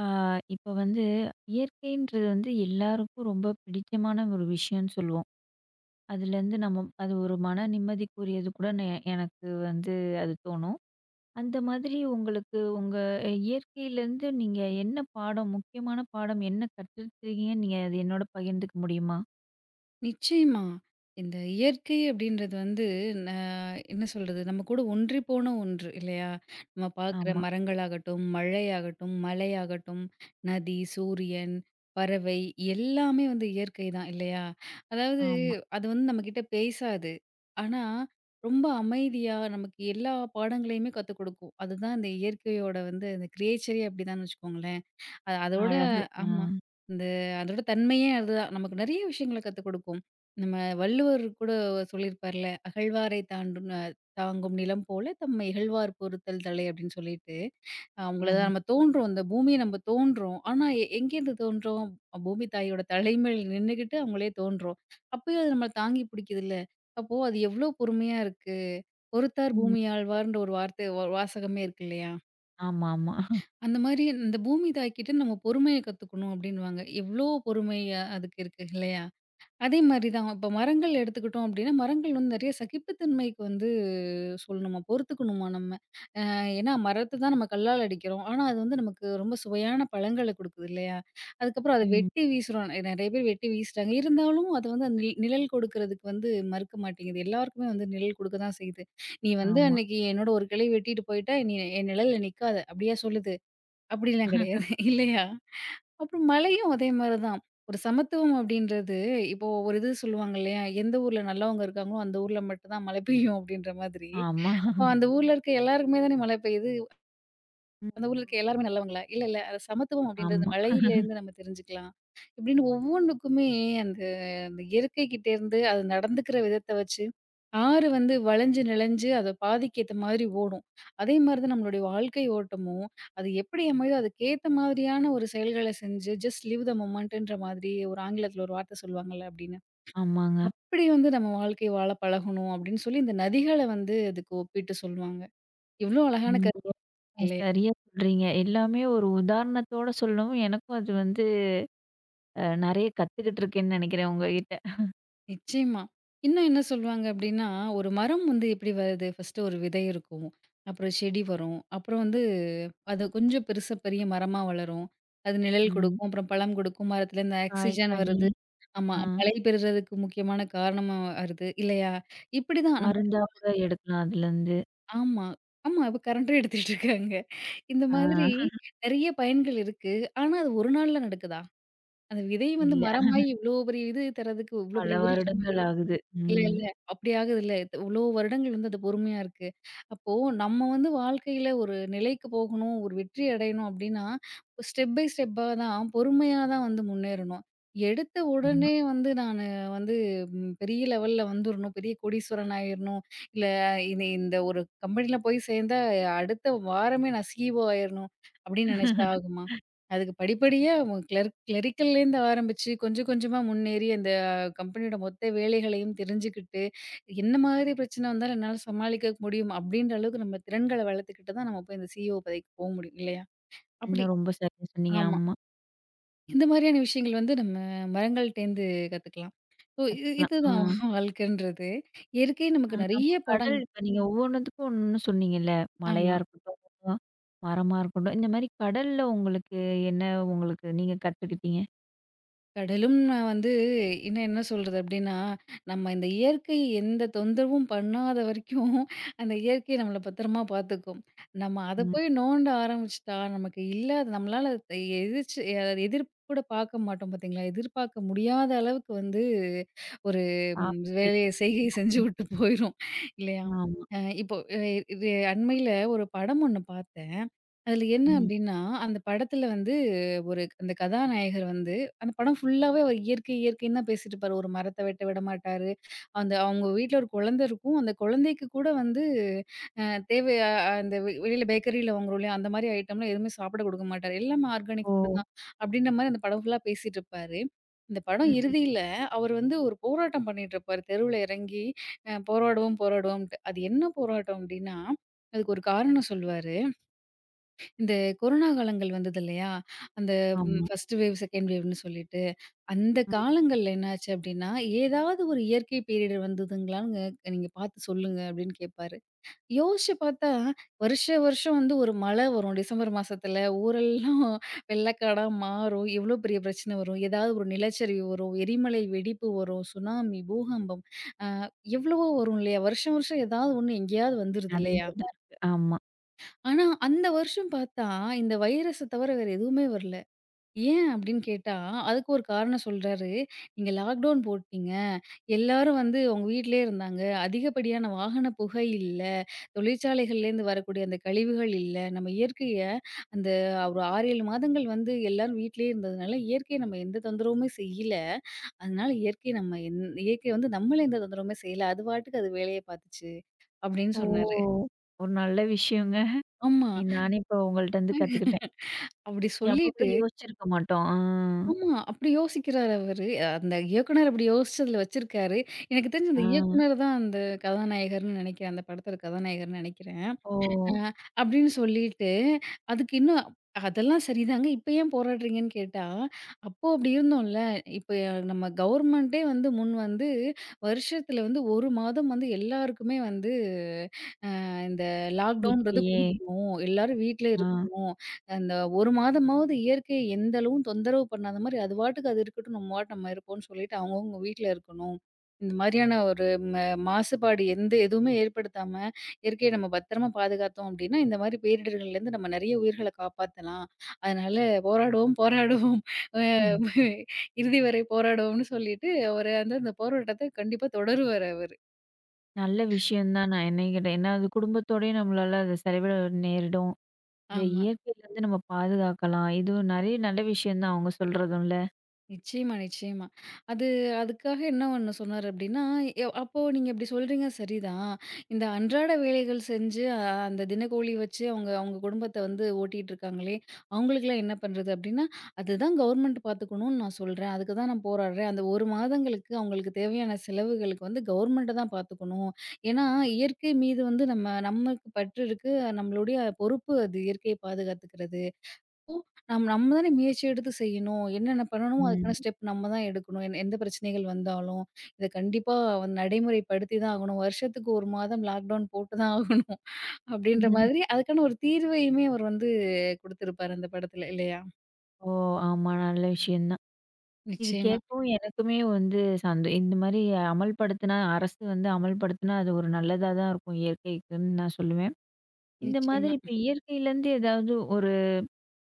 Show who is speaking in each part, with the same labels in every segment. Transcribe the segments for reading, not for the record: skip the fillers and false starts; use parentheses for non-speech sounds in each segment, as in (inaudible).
Speaker 1: ஆ, இப்ப வந்து இயற்கைன்றது வந்து எல்லாருக்கும் ரொம்ப பிடித்தமான ஒரு விஷயம்னு சொல்லுவோம். அதுலேருந்து நம்ம அது ஒரு மன நிம்மதிக்குரியது கூட எனக்கு வந்து அது தோணும். அந்த மாதிரி உங்களுக்கு இயற்கையிலேருந்து நீங்க என்ன பாடம், முக்கியமான பாடம் என்ன கத்துருக்கீங்கன்னு நீங்க அது என்னோட பகிர்ந்துக்க முடியுமா?
Speaker 2: நிச்சயமா. இந்த இயற்கை அப்படின்றது வந்து ந என்ன சொல்றது? நம்ம கூட ஒன்றி போன ஒன்று இல்லையா? நம்ம பார்க்குற
Speaker 1: ஆமா,
Speaker 2: மரங்களாகட்டும், மழையாகட்டும், மலையாகட்டும், நதி, சூரியன், பறவை எல்லாமே வந்து இயற்கை தான் இல்லையா? அதாவது
Speaker 1: ஆமா.
Speaker 2: அது வந்து நம்மகிட்ட பேசாது. ஆனா, ரொம்ப அமைதியா நமக்கு எல்லா பாடங்களையுமே கத்துக் குடுக்கும். அதுதான் இந்த இயற்கையோட வந்து அந்த கிரியேச்சரே அப்படிதான்னு வச்சுக்கோங்களேன். அதோட
Speaker 1: அழகு. ஆ,
Speaker 2: ஆமா. இந்த அதோட தன்மையே அதுதான். நமக்கு நெறைய விஷயங்கள கத்துக் கொடுக்கும். நம்ம வள்ளுவர் கூட சொல்லியிருப்பார்ல, "அகழ்வாரை தாண்டும் தாங்கும் நிலம் போல தம்மை இகழ்வார் பொறுத்தல் தலை" அப்படின்னு சொல்லிட்டு, அவங்கள தான்
Speaker 1: ஆமா.
Speaker 2: நம்ம தோன்றோம். இந்த பூமிய நம்ம தோன்றோம். ஆனா எங்கேருந்து தோன்றோம்? பூமி தாயோட தலைமையில் நின்னுகிட்டு அவங்களே தோன்றோம். அப்பயும் அது நம்மள தாங்கி பிடிக்குதுல்ல. அப்போ அது எவ்ளோ பொறுமையா இருக்கு. "பொறுத்தார்
Speaker 1: ம்.
Speaker 2: பூமியாழ்வார்ன்ற ஒரு வார்த்தை வாசகமே இருக்கு இல்லையா?
Speaker 1: ஆமாமா.
Speaker 2: அந்த மாரி இந்த பூமி தாய்க்கிட்ட நம்ம பொறுமைய கத்துக்கணும் அப்படின்னுவாங்க. எவ்ளோ பொறுமை அதுக்கு இருக்கு இல்லையா? அதே மாரி தான் இப்ப மரங்கள் எடுத்துக்கிட்டோம் அப்படின்னா, மரங்கள் வந்து நெறைய சகிப்புத்தன்மைக்கு வந்து சொல்லணுமா, பொறுத்துக்கணுமா நம்ம. ஏன்னா மரத்த தான் நம்ம கல்லால் அடிக்கிறோம். ஆனா அது வந்து நமக்கு ரொம்ப சுவையான பழங்கள குடுக்குது இல்லையா? அதுக்கப்புறம் அத
Speaker 1: ம்.
Speaker 2: வெட்டி வீசுறோம். நெறைய பேர் வெட்டி வீசுறாங்க. இருந்தாலும் அது வந்து அந்த நிழல் கொடுக்கறதுக்கு வந்து மறுக்க மாட்டேங்குது. எல்லாருக்குமே வந்து நிழல் குடுக்க தான் செய்யுது. "நீ வந்து
Speaker 1: ஆமா,
Speaker 2: அன்னைக்கு என்னோட ஒரு கிளை வெட்டிட்டு போயிட்ட, நீ என் நிழல்ல நிக்காத" அப்படியா சொல்லுது? அப்படிலாம் கிடையாது. (laughs) இல்லையா? அப்புறம் மழையும் அதே மாரி தான். ஒரு சமத்துவம் அப்படின்றது, இப்போ ஒரு இது சொல்லுவாங்க இல்லையா? எந்த ஊர்ல நல்லவங்க இருக்காங்களோ, அந்த ஊர்ல மட்டும் தான் மழை பெய்யும் அப்படின்ற மாதிரி.
Speaker 1: ஆமா.
Speaker 2: அப்போ அந்த ஊர்ல இருக்க எல்லாருக்குமே தானே மழை பெய்யுது. அந்த ஊர்ல
Speaker 1: ம்.
Speaker 2: இருக்க எல்லாருமே நல்லவங்களா? இல்ல, இல்ல. அது சமத்துவம் அப்படின்றது இந்த
Speaker 1: ஆமா,
Speaker 2: மழையிலேருந்து நம்ம தெரிஞ்சுக்கலாம். இப்படின்னு ஒவ்வொன்னுக்குமே அந்த அந்த இயற்கை கிட்ட இருந்து அது நடந்துக்கிற விதத்த வச்சு, ஆறு வந்து வளைஞ்சு நெளிஞ்சு அது பாதைக்கு ஏத்த மாதிரி ஓடும். அதே மாரி தான் நம்மளுடைய வாழ்க்கை ஓட்டமும், அது எப்படி அமையுதோ அதுக்கேத்த மாதிரியான ஒரு செயல்கள செஞ்சு, ஜஸ்ட் லீவ் த மொமெண்ட்டுன்ற மாதிரி ஒரு ஆங்கிலத்தில ஒரு வார்த்த சொல்லுவாங்கல்ல அப்படின்னு.
Speaker 1: ஆமாங்க.
Speaker 2: அப்படி வந்து நம்ம வாழ்க்கை வாழ பழகணும் அப்படின்னு சொல்லி இந்த நதிகள வந்து அதுக்கு ஒப்பிட்டு சொல்லுவாங்க. எவ்வளோ அழகான
Speaker 1: நீங்க
Speaker 2: கருத்து இல்லையா?
Speaker 1: சரியா சொல்றீங்க. எல்லாமே ஒரு உதாரணத்தோட சொல்லவும், எனக்கும் அது வந்து நெறைய கத்துக்கிட்டு இருக்கேன்னு நெனைக்கிறேன் உங்ககிட்ட.
Speaker 2: நிச்சயமா. இன்னும் என்ன சொல்லுவாங்க அப்டின்னா, ஒரு மரம் வந்து எப்டி வருது? ஃபர்ஸ்ட்டு ஒரு விதை இருக்கும். அப்புறம் செடி வரும். அப்புறம் வந்து அது கொஞ்சம் பெருசா பெரிய மரமா வளரும். அது நிழல்
Speaker 1: ம்.
Speaker 2: கொடுக்கும். அப்புறம் பழம் கொடுக்கும். மரத்துலேருந்து
Speaker 1: காய்,
Speaker 2: ஆக்ஸிஜன்
Speaker 1: கனி,
Speaker 2: வருது. ஆமா.
Speaker 1: ஆ,
Speaker 2: மழை பெறுறதுக்கு முக்கியமான காரணமா வருது இல்லையா? இப்டிதான் நம்ம
Speaker 1: மருந்தா கூட எடுக்கலாம் அதுலருந்து.
Speaker 2: ஆமா, ஆமா. இப்ப கரண்டும் எடுத்துட்டு இருக்காங்க. இந்த மாதிரி
Speaker 1: ஆ,
Speaker 2: நெறைய பயன்கள் இருக்கு. ஆனா அது ஒரு நாள்ல நடக்குதா? அந்த விதை வந்து
Speaker 1: இல்ல,
Speaker 2: மரமாயி இவ்ளோ பெரிய இது தர்றதுக்கு இவ்ளோ
Speaker 1: பல
Speaker 2: பெரிய விருட்சம்
Speaker 1: வருடங்கள் ஆகுது.
Speaker 2: இல்ல,
Speaker 1: ம்.
Speaker 2: இல்ல. அப்படி ஆகுதுல்ல. இது இவ்ளோ வருடங்கள் வந்து அது பொறுமையா இருக்கு. அப்போ நம்ம வந்து வாழ்க்கையில ஒரு நிலைக்கு போகணும், ஒரு வெற்றி அடையணும் அப்படின்னா, ஸ்டெப் பை ஸ்டெப்பா தான் பொறுமையா தான் வந்து முன்னேறணும். எடுத்த
Speaker 1: ஆமா.
Speaker 2: உடனே வந்து வந்து பெரிய லெவல்ல வந்துரணும், பெரிய கோடீஸ்வரன் ஆயிரணும், இல்ல இனி இந்த ஒரு கம்பெனில போய் சேர்ந்தா அடுத்த வாரமே நான் சிஇஓ ஆயிரணும் அப்படின்னு நினைச்சா ஆகுமா? அதுக்கு படிப்படியா கிளரிக்கல்லேருந்து ஆரம்பிச்சு கொஞ்சம் கொஞ்சமா முன்னேறி அந்த கம்பெனியோட மொத்த வேலைகளையும் தெரிஞ்சுக்கிட்டு, என்ன மாதிரி பிரச்சனை வந்தாலும் என்னால சமாளிக்க முடியும் அப்படின்ற அளவுக்கு நம்ம திறன்கள வளர்த்துக்கிட்டு தான் நம்ம போய் இந்த சிஇஓ பதவிக்கு போ முடியும் இல்லையா?
Speaker 1: ம்,
Speaker 2: அப்படி
Speaker 1: ரொம்ப சரியா சொன்னீங்க.
Speaker 2: ஆமா.
Speaker 1: ஆமா.
Speaker 2: இந்த மாதிரியான விஷயங்கள் வந்து நம்ம மரங்கள்ட்டேந்து கத்துக்கலாம். ஸோ இது
Speaker 1: கத்துக்கலாம். ஆ.
Speaker 2: இதுதான் (laughs) வாழ்க்கைன்றது. இயற்கை
Speaker 1: ஆ,
Speaker 2: நமக்கு
Speaker 1: அப்ப
Speaker 2: நெறைய
Speaker 1: கடல்,
Speaker 2: பாடங்கள்
Speaker 1: இப்ப நீங்க ஒவ்வொன்னுத்துக்கும் ஒண்ணு சொன்னீங்கல்ல. மலையா
Speaker 2: ஆமா.
Speaker 1: இருக்கட்டும், மரமா இருக்கட்டும். இந்த மாரி கடல்ல உங்களுக்கு என்ன உங்களுக்கு நீங்க கத்துக்கிட்டீங்க?
Speaker 2: கடலும் நான் வந்து இன்னும் என்ன சொல்றது அப்டின்னா, நம்ம இந்த இயற்கை எந்த தொந்தரவும் பண்ணாத வரைக்கும், அந்த இயற்கை நம்மள பத்திரமா பார்த்துக்கும். நம்ம அத
Speaker 1: ம்.
Speaker 2: போய் நோண்ட ஆரம்பிச்சுட்டா, நமக்கு இல்லாத நம்மளால அத அதாவது எதிர்ப்பு கூட பார்க்க மாட்டோம் பார்த்தீங்களா? எதிர்பார்க்க முடியாத அளவுக்கு வந்து ஒரு
Speaker 1: பாக்க போய்
Speaker 2: வேலைய செஞ்சு விட்டு போயிரும் இல்லையா?
Speaker 1: ஆமா.
Speaker 2: இப்போ இது அண்மையில ஒரு படம் ஒண்ணு பார்த்தேன். அதுல என்ன
Speaker 1: ம்.
Speaker 2: அப்டின்னா, அந்த படத்துல வந்து ஒரு அந்த கதாநாயகர் வந்து அந்த படம் ஃபுல்லாவே அவர் இயற்கை, இயற்கைன்னு தான் பேசிட்டு இருப்பாரு. ஒரு மரத்த வெட்ட விடமாட்டாரு. அந்த அவங்க வீட்ல ஒரு குழந்தை இருக்கும். அந்த குழந்தைக்கு கூட வந்து அ தேவை அந்த வெளியில பேக்கரியில வாங்குறோம் இல்லையா? அந்த மாரி ஐட்டம்லாம் எதுவுமே சாப்பிட குடுக்க மாட்டாரு. எல்லாமே ஆர்கானிக்
Speaker 1: ஓ!
Speaker 2: ஃபுட் தான் அப்டின்ற மாரி அந்த படம் ஃபுல்லா பேசிட்டு இருப்பாரு. இந்த படம்
Speaker 1: ம்.
Speaker 2: இறுதியில அவர் வந்து ஒரு போராட்டம் பண்ணிட்டுருப்பாரு. தெருவுல இறங்கி போராடுவோம், போராடுவோம்ன்ட்டு. அது என்ன போராட்டம் அப்டின்னா, அதுக்கு ஒரு காரணம் சொல்வாரு. இந்த கொரோனா காலங்கள் வந்தது இல்லையா? அந்த
Speaker 1: ஆமா.
Speaker 2: ஃபர்ஸ்ட் வேவ், செகண்ட் வேவ்ன்னு சொல்லிட்டு. அந்த
Speaker 1: ம்.
Speaker 2: காலங்கள்ல என்னாச்சு அப்டின்னா, ஏதாவது ஒரு இயற்கை பேரிடர் வந்ததுங்களான்னு நீங்க பார்த்து சொல்லுங்க அப்டின்னு கேட்பாரு. யோசிச்சு பார்த்தா, வருஷா வருஷம் வந்து ஒரு மழை வரும் டிசம்பர் மாசத்துல. ஊரெல்லாம் (laughs) வெள்ளக்காடா மாறும். எவ்ளோ பெரிய பிரச்சனை வரும். ஏதாவது ஒரு நிலச்சரிவு வரும். எரிமலை வெடிப்பு வரும். சுனாமி, பூகம்பம் எவ்வளவோ வரும் இல்லையா? வருஷம் வருஷம் ஏதாவது ஒண்ணு எங்கேயாவது வந்துருது இல்லையா?
Speaker 1: நடந்துட்டு தான் இருக்கு. ஆமா.
Speaker 2: ஆனா, அந்த வருஷம் பார்த்தா இந்த வைரஸ தவிர வேற எதுவுமே வரல. ஏன் அப்டின்னு கேட்டா, அதுக்கு ஒரு காரணம் சொல்றாரு. நீங்க லாக்டவுன் போட்டீங்க. எல்லாரும் வந்து அவங்க வீட்லயே இருந்தாங்க. அதிகப்படியான வாகன புகை இல்ல. தொழிற்சாலைகள்லேருந்து வரக்கூடிய அந்த கழிவுகள் இல்ல. நம்ம இயற்கைய அந்த ஒரு 6, 7 மாதங்கள் வந்து எல்லாரும் வீட்லயே இருந்ததுனால, இயற்கைய நம்ம எந்த தொந்தரவுமே செய்யல. அதனால இயற்கை நம்ம இயற்கை வந்து நம்மள எந்த தொந்தரவுமே செய்யல. அது பாட்டுக்கு அது வேலைய பாத்துச்சு. அப்டின்னு
Speaker 1: ஓ!
Speaker 2: சொன்னாரு.
Speaker 1: ஒரு நல்ல விஷயங்க.
Speaker 2: ஆமா.
Speaker 1: நானே இப்ப உங்கள்ட்டருந்து கத்துக்கிட்டேன்.
Speaker 2: (laughs) அப்டி
Speaker 1: நீ
Speaker 2: சொல்லி
Speaker 1: அப்ப கூட யோசிச்சிருக்க மாட்டோம். ஆ.
Speaker 2: ஆமா. அப்படி யோசிக்கிறாரு அவரு. அந்த இயக்குனர் அப்படி யோசிச்சதுல வச்சிருக்காரு. எனக்கு தெரிஞ்சு அந்த
Speaker 1: ஆ.
Speaker 2: ம். இயக்குனர் தான் அந்த கதாநாயகர்ன்னு நெனைக்கிறேன். அந்த படத்தோட கதாநாயகர்ன்னு நெனைக்கிறேன்.
Speaker 1: ஓ!
Speaker 2: அ அப்படின்னு சொல்லிட்டு, அதுக்கு இன்னும் அதெல்லாம் சரிதாங்க. இப்ப ஏன் போராடுறீங்கன்னு கேட்டா, அப்போ அப்படி இருந்தோம்ல. இப்ப நம்ம கவர்மெண்ட்டே வந்து முன் வந்து வருஷத்துல வந்து 1 மாதம் வந்து எல்லாருக்குமே வந்து இந்த லாக்டவுன்றது
Speaker 1: வீட்லயே.
Speaker 2: குடுக்கணும். எல்லாரும் வீட்ல
Speaker 1: ஆ.
Speaker 2: இருக்கணும். அந்த 1 மாதமாவது இயற்கையை எந்த அளவும் தொந்தரவு பண்ணாத மாரி, அது பாட்டுக்கு அது இருக்கட்டும். நம்ம பாட்டுக்கு நம்ம இருப்போம்ன்னு சொல்லிட்டு அவங்கவங்க வீட்ல இருக்கணும். இந்த மாரியான ஒரு ம மாசுபாடு எந்த எதுவுமே ஏற்படுத்தாம, இயற்கையை நம்ம பத்திரமா பாதுகாத்தோம் அப்டின்னா, இந்த மாரி பேரிடர்கள்லேருந்து நம்ம நெறைய உயிர்கள காப்பாத்தலாம். அதனால போராடுவோம், போராடுவோம். அ
Speaker 1: ம்.
Speaker 2: இறுதி வரை போராடுவோம்னு சொல்லிட்டு அவரு அந்த அந்த போராட்டத்த கண்டிப்பா தொடருவாரு அவரு.
Speaker 1: நல்ல விஷயம் தான் நான் என்னைய கேட்டா. ஏன்னா, அது குடும்பத்தோடயே நம்மளால அத செலவிட நேரிடும். இந்த
Speaker 2: ஆமா.
Speaker 1: இயற்கையிலருந்து நம்ம பாதுகாக்கலாம். இதுவும் நெறைய நல்ல விஷயம் தான் அவங்க சொல்றதும்ல.
Speaker 2: நிச்சயமா, நிச்சயமா. அது அதுக்காக என்ன ஒண்ணு சொன்னாரு அப்டின்னா, அப்போ நீங்க இப்டி சொல்றீங்க சரிதான். இந்த அன்றாட வேலைகள் செஞ்சு அந்த தினக்கூலி வச்சு அவங்க அவங்க குடும்பத்த வந்து ஓட்டிட்டுருக்காங்களே, அவங்களுக்கெல்லாம் என்ன பண்றது அப்டின்னா, அதுதான் கவர்மெண்ட் பார்த்துக்கணும்னு நான் சொல்றேன். அதுக்கு தான் நான் போராடுறேன். அந்த 1 மாதங்களுக்கு அவங்களுக்கு தேவையான செலவுகளுக்கு வந்து கவர்மெண்ட்ட தான் பார்த்துக்கணும். ஏன்னா, இயற்கை மீது வந்து நமக்கு பற்று இருக்கு. நம்மளுடைய பொறுப்பு அது இயற்கையை பாதுகாத்துக்கிறது. நம்ம தானே முயற்சி எடுத்து செய்யணும். என்னென்ன பண்ணணுமோ அதுக்கான
Speaker 1: ம்.
Speaker 2: ஸ்டெப் நம்ம தான் எடுக்கணும். எந்த பிரச்சனைகள் வந்தாலும், இத கண்டிப்பா வந்து நடைமுறைப்படுத்தி தான் ஆகணும். வருஷத்துக்கு 1 மாதம் லாக்டவுன் போட்டு தான் ஆகணும். (laughs) அப்படின்ற மாதிரி அதுக்கான ஒரு தீர்வையுமே அவர் வந்து குடுத்திருப்பாரு அந்த படத்துல இல்லையா?
Speaker 1: ஓ! ஆமா. நல்ல விஷயம் தான். இது
Speaker 2: நிச்சயமா,
Speaker 1: கேட்கவும் எனக்குமே வந்து இந்த மாரி அமல்படுத்தினா, அரசு வந்து அமல்படுத்தினா, அது ஒரு நல்லதா தான் இருக்கும் இயற்கைக்குன்னு நான் சொல்லுவேன். இந்த மாதிரி
Speaker 2: நிச்சயமா.
Speaker 1: இப்ப இயற்கையிலேருந்து ஏதாவது ஒரு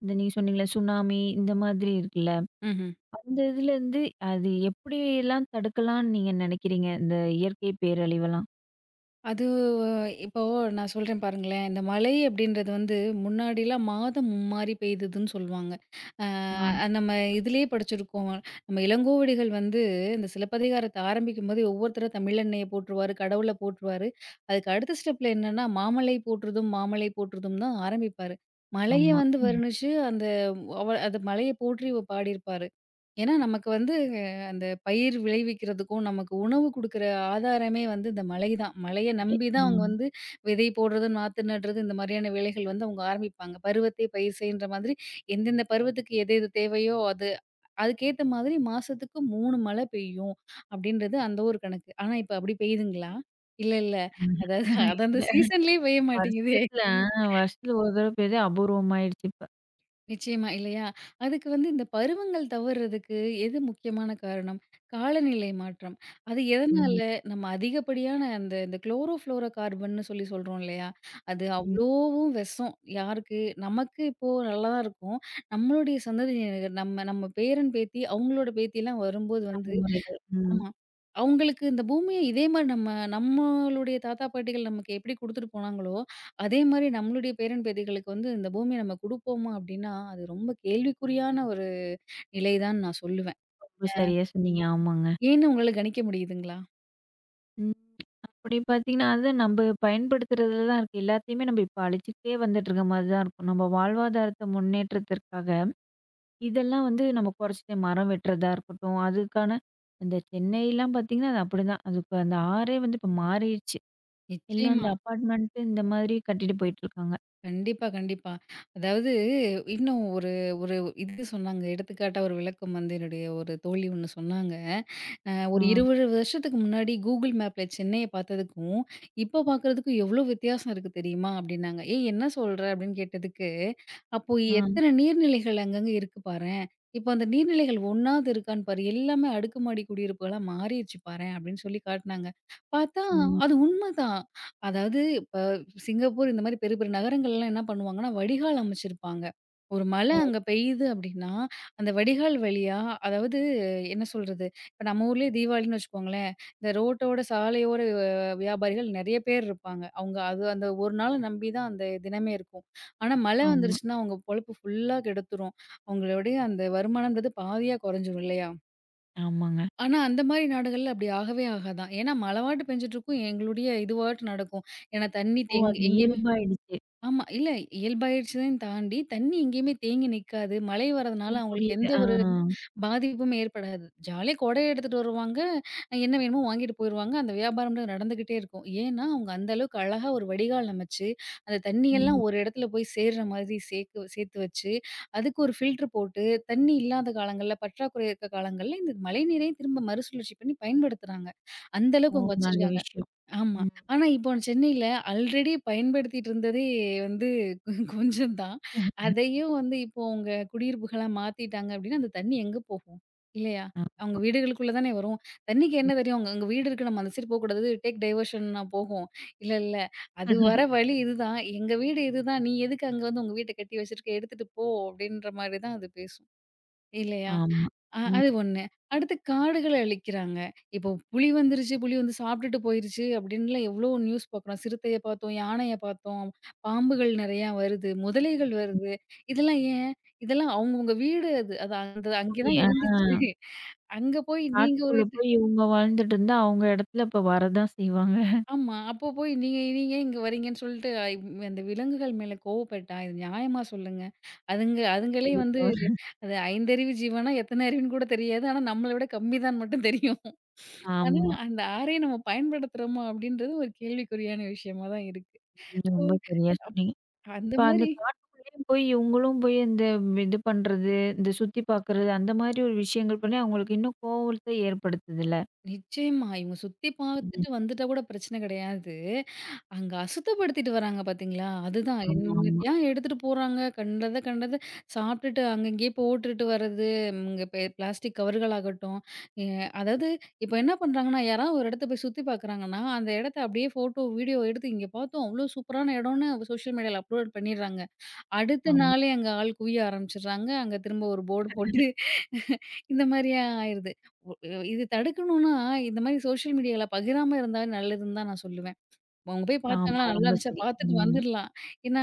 Speaker 1: இந்த நீங்க சொன்னீங்கல்ல சுனாமி இந்த மாதிரி இருக்குல்ல,
Speaker 2: ம்ஹ்ம்.
Speaker 1: அந்த இதுலேருந்து அது எப்படியெல்லாம் தடுக்கலாம்னு நீங்க நினைக்கிறீங்க? இந்த இயற்கை பேரழிவெல்லாம்?
Speaker 2: அது இப்போ நான் சொல்றேன் பாருங்களேன். இந்த மழை அப்படின்றது வந்து முன்னாடிலாம் மாதம் மும்மாரி பெய்ததுன்னு சொல்லுவாங்க.
Speaker 1: ஆ,
Speaker 2: நம்ம இதிலேயே படிச்சிருக்கோம். நம்ம இளங்கோவடிகள் வந்து இந்த சிலப்பதிகாரத்த ஆரம்பிக்கும்போதே ஒவ்வொருத்தரும் தமிழன்னைய போற்றுவாரு, கடவுள போற்றுவாரு. அதுக்கு அடுத்த ஸ்டெப்ல என்னன்னா, மாமலை போற்றுதும், மாமலை போற்றுதும் தான் ஆரம்பிப்பாரு. மழைய
Speaker 1: ஆமா.
Speaker 2: வந்து
Speaker 1: ம்.
Speaker 2: வர்ணிச்சு அந்த அந்த மழைய போற்றி பாடியிருப்பாரு. ஏன்னா, நமக்கு வந்து அந்த பயிர் விளைவிக்கிறதுக்கும், நமக்கு உணவு குடுக்குற ஆதாரமே வந்து இந்த மழை தான். மழைய நம்பி தான்
Speaker 1: இல்ல.
Speaker 2: ஆமா. அவங்க வந்து விதை போடுறது, நாத்து நடுறது இந்த மாரியான வேலைகள் வந்து அவங்க ஆரம்பிப்பாங்க. பருவத்தை பயிர் செய்ன்ற மாதிரி எந்தெந்த பருவத்துக்கு எது எது தேவையோ அது அதுக்கேத்த மாதிரி மாசத்துக்கு 3 மழை பெய்யும் அப்டின்றது அந்த ஒரு கணக்கு. ஆனா, இப்ப அப்டி பெய்யுதுங்களா? இல்ல, இல்ல. அதாவது அது அந்த
Speaker 1: (laughs)
Speaker 2: சீசன்லயே பெய்ய மாட்டேங்குதே!
Speaker 1: வருஷத்துல ஆ, வருஷத்துல ஒரு தடவ பெய்யுது, அபூர்வமாயிடுச்சு இப்ப.
Speaker 2: நிச்சயமா இல்லையா? அதுக்கு வந்து இந்த பருவங்கள் தவறுறதுக்கு எது முக்கியமான காரணம்? காலநிலை மாற்றம். அது எதனால?
Speaker 1: ம்.
Speaker 2: நம்ம அதிகப்படியான அந்த இந்த குளோரோஃப்ளோரோ கார்பன்னு சொல்லி சொல்றோம் இல்லையா? அது
Speaker 1: ம்.
Speaker 2: அவ்ளோவும் விஷம். யாருக்கு? நமக்கு இப்போ நல்லா தான் இருக்கும். நம்மளுடைய சந்ததியினர் நம்ம நம்ம பேரன், பேத்தி அவங்களோட பேத்திலாம் வரும்போது வந்து
Speaker 1: தலைமுறைகள். ம்.
Speaker 2: ஆமா. அவுங்களுக்கு இந்த பூமிய இதே மாரி நம்ம நம்மளுடைய தாத்தா, பாட்டிகள் நமக்கு எப்படி குடுத்துட்டு போனாங்களோ, அதே மாரி நம்மளுடைய பேரன், பேத்திகளுக்கு வந்து இந்த பூமிய நம்ம குடுப்போமா அப்படின்னா, அது ரொம்ப கேள்விக்குறியான ஒரு நிலை தான் நான் சொல்லுவேன்.
Speaker 1: ரொம்ப சரியா சொன்னீங்க. ஆமாங்க.
Speaker 2: ஏன்னு உங்களால கணிக்க முடியுதுங்களா?
Speaker 1: ம். அப்படி பார்த்தீங்கன்னா, அது நம்ப பயன்படுத்துறதுல தான் இருக்கு. எல்லாத்தையுமே நம்ப இப்ப அழிச்சுக்கிட்டே வந்துட்டுருக்க மாரி தான் இருக்கும். நம்ம வாழ்வாதாரத்த முன்னேற்றத்திற்காக, இதெல்லாம் வந்து நம்ம குறைச்சிட்டே, மரம் வெட்டுறதா இருக்கட்டும், அதுக்கான இந்த சென்னைலாம் பார்த்தீங்கன்னா, அது அப்படிதான். அதுக்கு அந்த ஆறே வந்து இப்ப மாறிருச்சு. எல்லாம் இந்த
Speaker 2: நிச்சயமா.
Speaker 1: அபார்ட்மெண்ட்டு இந்த மாதிரி கட்டிட்டு போயிட்டுருக்காங்க.
Speaker 2: கண்டிப்பா, கண்டிப்பா. அதாவது இன்னும் ஒரு ஒரு இது சொன்னாங்க. எடுத்துக்காட்டா ஒரு விளக்கம் வந்து என்னுடைய ஒரு தோழி ஒண்ணு சொன்னாங்க.
Speaker 1: ஆ,
Speaker 2: ஒரு 20 வருஷத்துக்கு முன்னாடி Google மேப்ல சென்னைய பார்த்ததுக்கும், இப்போ பார்க்குறதுக்கும் எவ்ளோ வித்தியாசம் இருக்கு தெரியுமா? அப்டின்னாங்க. "ஏய் என்ன சொல்ற?" அப்டின்னு கேட்டதுக்கு, அப்போ
Speaker 1: ஆ,
Speaker 2: எத்தன நீர்நிலைகள் அங்கங்க இருக்கு பாரேன். இப்ப அந்த நீர்நிலைகள் ஒண்ணாவது இருக்கான்னு பாரு. எல்லாமே அடுக்குமாடி குடியிருப்புகளா மாறிருச்சு பாரேன் அப்படின்னு சொல்லி காட்டுனாங்க. பார்த்தா
Speaker 1: ம்.
Speaker 2: அது உண்மதான். அதாவது இப்ப சிங்கப்பூர் இந்த மாரி பெரிய பெரிய நகரங்கள்லாம் என்ன பண்ணுவாங்கன்னா, வடிகால் அமைச்சிருப்பாங்க. ஒரு மழை
Speaker 1: ஓ!
Speaker 2: அங்க பெய்யுது அப்படின்னா, அந்த வடிகால் வழியா அதாவது என்ன சொல்றது? இப்ப நம்ம ஊர்லயே தீபாவளின்னு வச்சுக்கோங்களேன். இந்த ரோட்டோட சாலையோர வியாபாரிகள் நெறைய பேர் இருப்பாங்க. அவங்க அது அந்த ஒரு நாள நம்பி தான் அந்த தினமே இருக்கும். ஆனா மழை
Speaker 1: ஆமா,
Speaker 2: வந்துருச்சுன்னா, அவங்க பொழப்பு ஃபுல்லா கெடுத்துரும். அவங்களுடைய அந்த வருமானம்ன்றது பாதியா கொறைஞ்சிரும் இல்லையா?
Speaker 1: ஆமாங்க.
Speaker 2: ஆனா அந்த மாரி நாடுகள்ல அப்படி ஆகவே ஆகாதாம். ஏன்னா மழை வாட்டு பெஞ்சுட்டுருக்கும். எங்களுடைய இதுவாட்டு நடக்கும். ஏன்னா தண்ணி
Speaker 1: ஓ! அது
Speaker 2: எங்கேயுமே
Speaker 1: இயல்பாயிடுச்சு.
Speaker 2: ஆமா. இல்ல இயல்பாயிடுச்சுன்னு தாண்டி, தண்ணி எங்கேயுமே தேங்கி நிக்காது. மழை
Speaker 1: ஓ!
Speaker 2: வரதுனால அவங்களுக்கு
Speaker 1: புரியுது.
Speaker 2: எந்த
Speaker 1: ஆ,
Speaker 2: ஒரு பாதிப்பும் ஏற்படாது. ஜாலியா கொடைய எடுத்துட்டு வருவாங்க. என்ன வேணுமோ வாங்கிட்டு போயிருவாங்க. அந்த வியாபாரம் நடந்துகிட்டே இருக்கும். ஏன்னா, அவங்க அந்த அளவுக்கு அழகா ஒரு வடிகால் அமைச்சு, அந்த தண்ணியெல்லாம்
Speaker 1: ம்.
Speaker 2: ஒரு இடத்துல போய் சேர்ற மாதிரி சேக்கு சேர்த்து வச்சு, அதுக்கு ஒரு ஃபில்டர் போட்டு, தண்ணி இல்லாத காலங்கள்ல, பற்றாக்குறை இருக்க காலங்கள்ல இந்த மழைநீரையும் திரும்ப மறுசுழற்சி பண்ணி பயன்படுத்துறாங்க. அந்த
Speaker 1: ஓ!
Speaker 2: அளவுக்கு அவங்க
Speaker 1: நல்ல
Speaker 2: வச்சிருக்காங்க.
Speaker 1: விஷயம்.
Speaker 2: ஆமா.
Speaker 1: ம்.
Speaker 2: ஆனா, இப்போ சென்னையில ஆல்ரெடி பயன்படுத்திட்டு இருந்ததே வந்து கொஞ்சம் தான்.
Speaker 1: ஆமா,
Speaker 2: அதையும் வந்து இப்போ உங்க குடியிருப்புகளா மாத்திட்டாங்க அப்டின்னா, அந்த தண்ணி எங்க போகும்? இல்லையா? அவங்க வீடுகளுக்குள்ள தானே வரும். தண்ணிக்கு
Speaker 1: ம்.
Speaker 2: என்ன தெரியும்? அங்க அங்க வீடு இருக்கு. நம்ம அந்த சைடு போகக்கூடாது. டேக் டைவர்ஷன்னா போகும். இல்ல, இல்ல. அது வர வழி இதுதான். எங்க வீடு இதுதான். நீ எதுக்கு அங்க வந்து உங்க வீட்ட கட்டி வச்சிருக்க? எடுத்துட்டு போ! அப்டின்ற மாரி தான் அது பேசும். இல்லையா?
Speaker 1: ஆமா. ம்.
Speaker 2: அது ஒண்ணு. அடுத்து காடுகள அழிக்கிறாங்க. இப்போ புலி வந்துருச்சு, புலி வந்து சாப்பிட்டுட்டு போயிருச்சு அப்டின்லாம் எவ்ளோ நியூஸ் பார்க்குறோம். சிறுத்தைய பார்த்தோம், யானைய பார்த்தோம், பாம்புகள் நெறையா வருது, முதலைகள் வருது. இதெல்லாம் ஏன்? இதெல்லாம் அவங்கவங்க வீடு அது. அது அந்த அங்கே தான்
Speaker 1: ஆ,
Speaker 2: இருந்துச்சு. அங்க போய் நீங்க ஒரு
Speaker 1: காட்டுக்குள்ள போய் இவுங்க வாழ்ந்துட்டு இருந்தா, அவுங்க இடத்துல இப்ப வரதான் செய்வாங்க.
Speaker 2: ஆமா. அப்போ போய் நீங்க நீங்க ஏன் இங்க வரீங்கன்னு சொல்லிட்டு, அந்த விலங்குகள் மேல கோவப்பட்டா, இது நியாயமா சொல்லுங்க. அதுங்க அதுங்களே
Speaker 1: ரொம்ப
Speaker 2: வந்து
Speaker 1: தவறு.
Speaker 2: அது ஐந்தறிவு ஜீவனா, எத்தன அறிவுன்னு கூட தெரியாது. ஆனா நம்மள விட கம்மி தான் மட்டும் தெரியும். ஆனா
Speaker 1: ஆமா.
Speaker 2: அந்த 6ஐயும் நம்ம பயன்படுத்துறோமா அப்படின்றது ஒரு கேள்விக்குறியான விஷயமா தான் இருக்கு.
Speaker 1: நீங்க
Speaker 2: ஸோ
Speaker 1: ரொம்ப சரியா சொன்னீங்க.
Speaker 2: அந்த
Speaker 1: இப்ப அந்த
Speaker 2: மாரி
Speaker 1: காட்டுக்குள்ளேயும் போய் இவுங்களும் போய் இந்த இது பண்றது, இந்த சுத்தி பார்க்கறது, அந்த மாதிரி ஒரு விஷயங்கள் பண்ணி அவுங்களுக்கு இன்னும் கோவத்த ஏற்படுத்துதுல்ல.
Speaker 2: நிச்சயமா. இவங்க சுத்தி
Speaker 1: ம்.
Speaker 2: பார்த்துட்டு வந்துட்டா கூட பிரச்சனை கிடையாது. அங்க அசுத்தப்படுத்திட்டு வராங்க பாத்தீங்களா? அதுதான்.
Speaker 1: ஆமா, ஆமா,
Speaker 2: என்னத்தையா எடுத்துட்டு போறாங்க. கண்டத கண்டத சாப்ட்டுட்டு அங்கங்கேயே போட்டுட்டு வர்றது. ம், இங்க பிளாஸ்டிக் கவர்கள் ஆகட்டும். எ அதாவது இப்ப என்ன பண்றாங்கன்னா, யாராவது ஒரு இடத்த போய் சுத்தி பாக்குறாங்கன்னா, அந்த இடத்த அப்படியே ஃபோட்டோ, வீடியோ எடுத்து இங்க பார்த்தோம். அவ்ளோ சூப்பரான இடம்னு சோஷியல் மீடியால அப்லோட் பண்ணிடுறாங்க. அடுத்த
Speaker 1: ஆமா.
Speaker 2: நாளே அங்க ஆள் குவிய ஆரம்பிச்சுடுறாங்க. அங்க திரும்ப ஒரு போர்டு போட்டு இந்த மாரியா ஆயிருது. ஒ இது தடுக்கணும்னா, இந்த மாரி சோஷியல் மீடியால பகிராம இருந்தாலே நல்லதுன்னு தான் நான் சொல்லுவேன். அவங்க போய்
Speaker 1: ஆமா,
Speaker 2: பார்த்தாங்களா, நல்லா
Speaker 1: ரொம்ப
Speaker 2: இருந்துச்சா
Speaker 1: சரி.
Speaker 2: பார்த்துட்டு
Speaker 1: ம்,
Speaker 2: வந்துரலாம். ஏன்னா,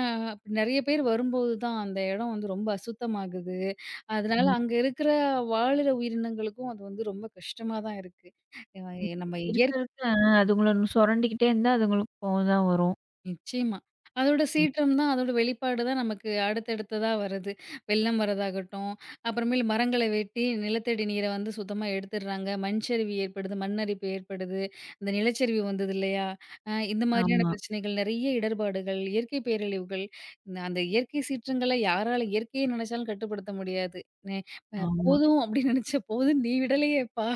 Speaker 2: நெறைய பேர் வரும்போது தான் அந்த இடம் வந்து ரொம்ப அசுத்தமாகுது. அதனால அங்க
Speaker 1: ம்,
Speaker 2: இருக்கிற வாழுற உயிரினங்களுக்கும் அது வந்து ரொம்ப கஷ்டமா தான் இருக்கு. அ
Speaker 1: ம்.
Speaker 2: நம்ம
Speaker 1: இருக்க
Speaker 2: இயற்
Speaker 1: இருக்க அதுங்கள சுரண்டிக்கிட்டே இருந்தா அதுங்களுக்கு கோவம் தான் வரும்.
Speaker 2: நிச்சயமா. அதோட
Speaker 1: ம்.
Speaker 2: சீற்றம் தான், அதோட வெளிப்பாடு தான் நமக்கு அடுத்தடுத்ததா வருது. வெள்ளம் வரதாகட்டும், அப்புறமேலு மரங்கள வெட்டி நிலத்தடி நீர வந்து சுத்தமா எடுத்துடுறாங்க. மண்சரிவு ஏற்படுது, மண்ணரிப்பு ஏற்படுது. இந்த நிலச்சரிவு வந்தது இல்லையா? இந்த மாதிரியான
Speaker 1: ஆமா,
Speaker 2: பிரச்சனைகள் நெறைய இடர்பாடுகள், இயற்கை பேரழிவுகள். இந்த அந்த இயற்கை சீற்றங்கள யாரால இயற்கைய நெனச்சாலும் கட்டுப்படுத்த முடியாது. நெ
Speaker 1: ஆமா.
Speaker 2: "போதும்" அப்படின்னு நெனச்ச "போதும் நீ விடலையேப்பா"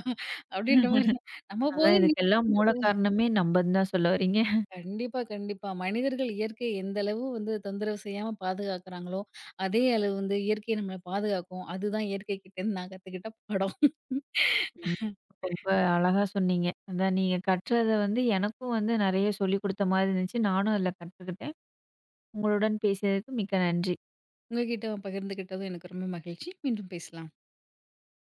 Speaker 2: அப்படின்ற மாரி தான். நம்ம
Speaker 1: அதான்
Speaker 2: போதும்
Speaker 1: இதுக்கெல்லாம் மூல காரணமே நம்பன்னு தான் சொல்ல வரீங்க.
Speaker 2: கண்டிப்பா, கண்டிப்பா. மனிதர்கள் இயற்கையை எந்த அளவு வந்து தொந்தரவு செய்யாம பாதுகாக்கிறாங்களோ, அதே அளவு வந்து இயற்கை நம்மள பாதுகாக்கும். அதுதான் இயற்கை கிட்டேருந்து நான் கத்துக்கிட்ட பாடம்.
Speaker 1: ம். ரொம்ப அழகா சொன்னீங்க. அதான் நீங்க கற்றத வந்து எனக்கும் வந்து நெறைய சொல்லிக் குடுத்த மாரி இருந்துச்சு. நானும் அதுல கத்துக்கிட்டேன். உங்களுடன் பேசியதற்கு மிக்க நன்றி.
Speaker 2: உங்ககிட்ட பகிர்ந்துகிட்டதும் எனக்கு ரொம்ப மகிழ்ச்சி. மீண்டும் பேசலாம்.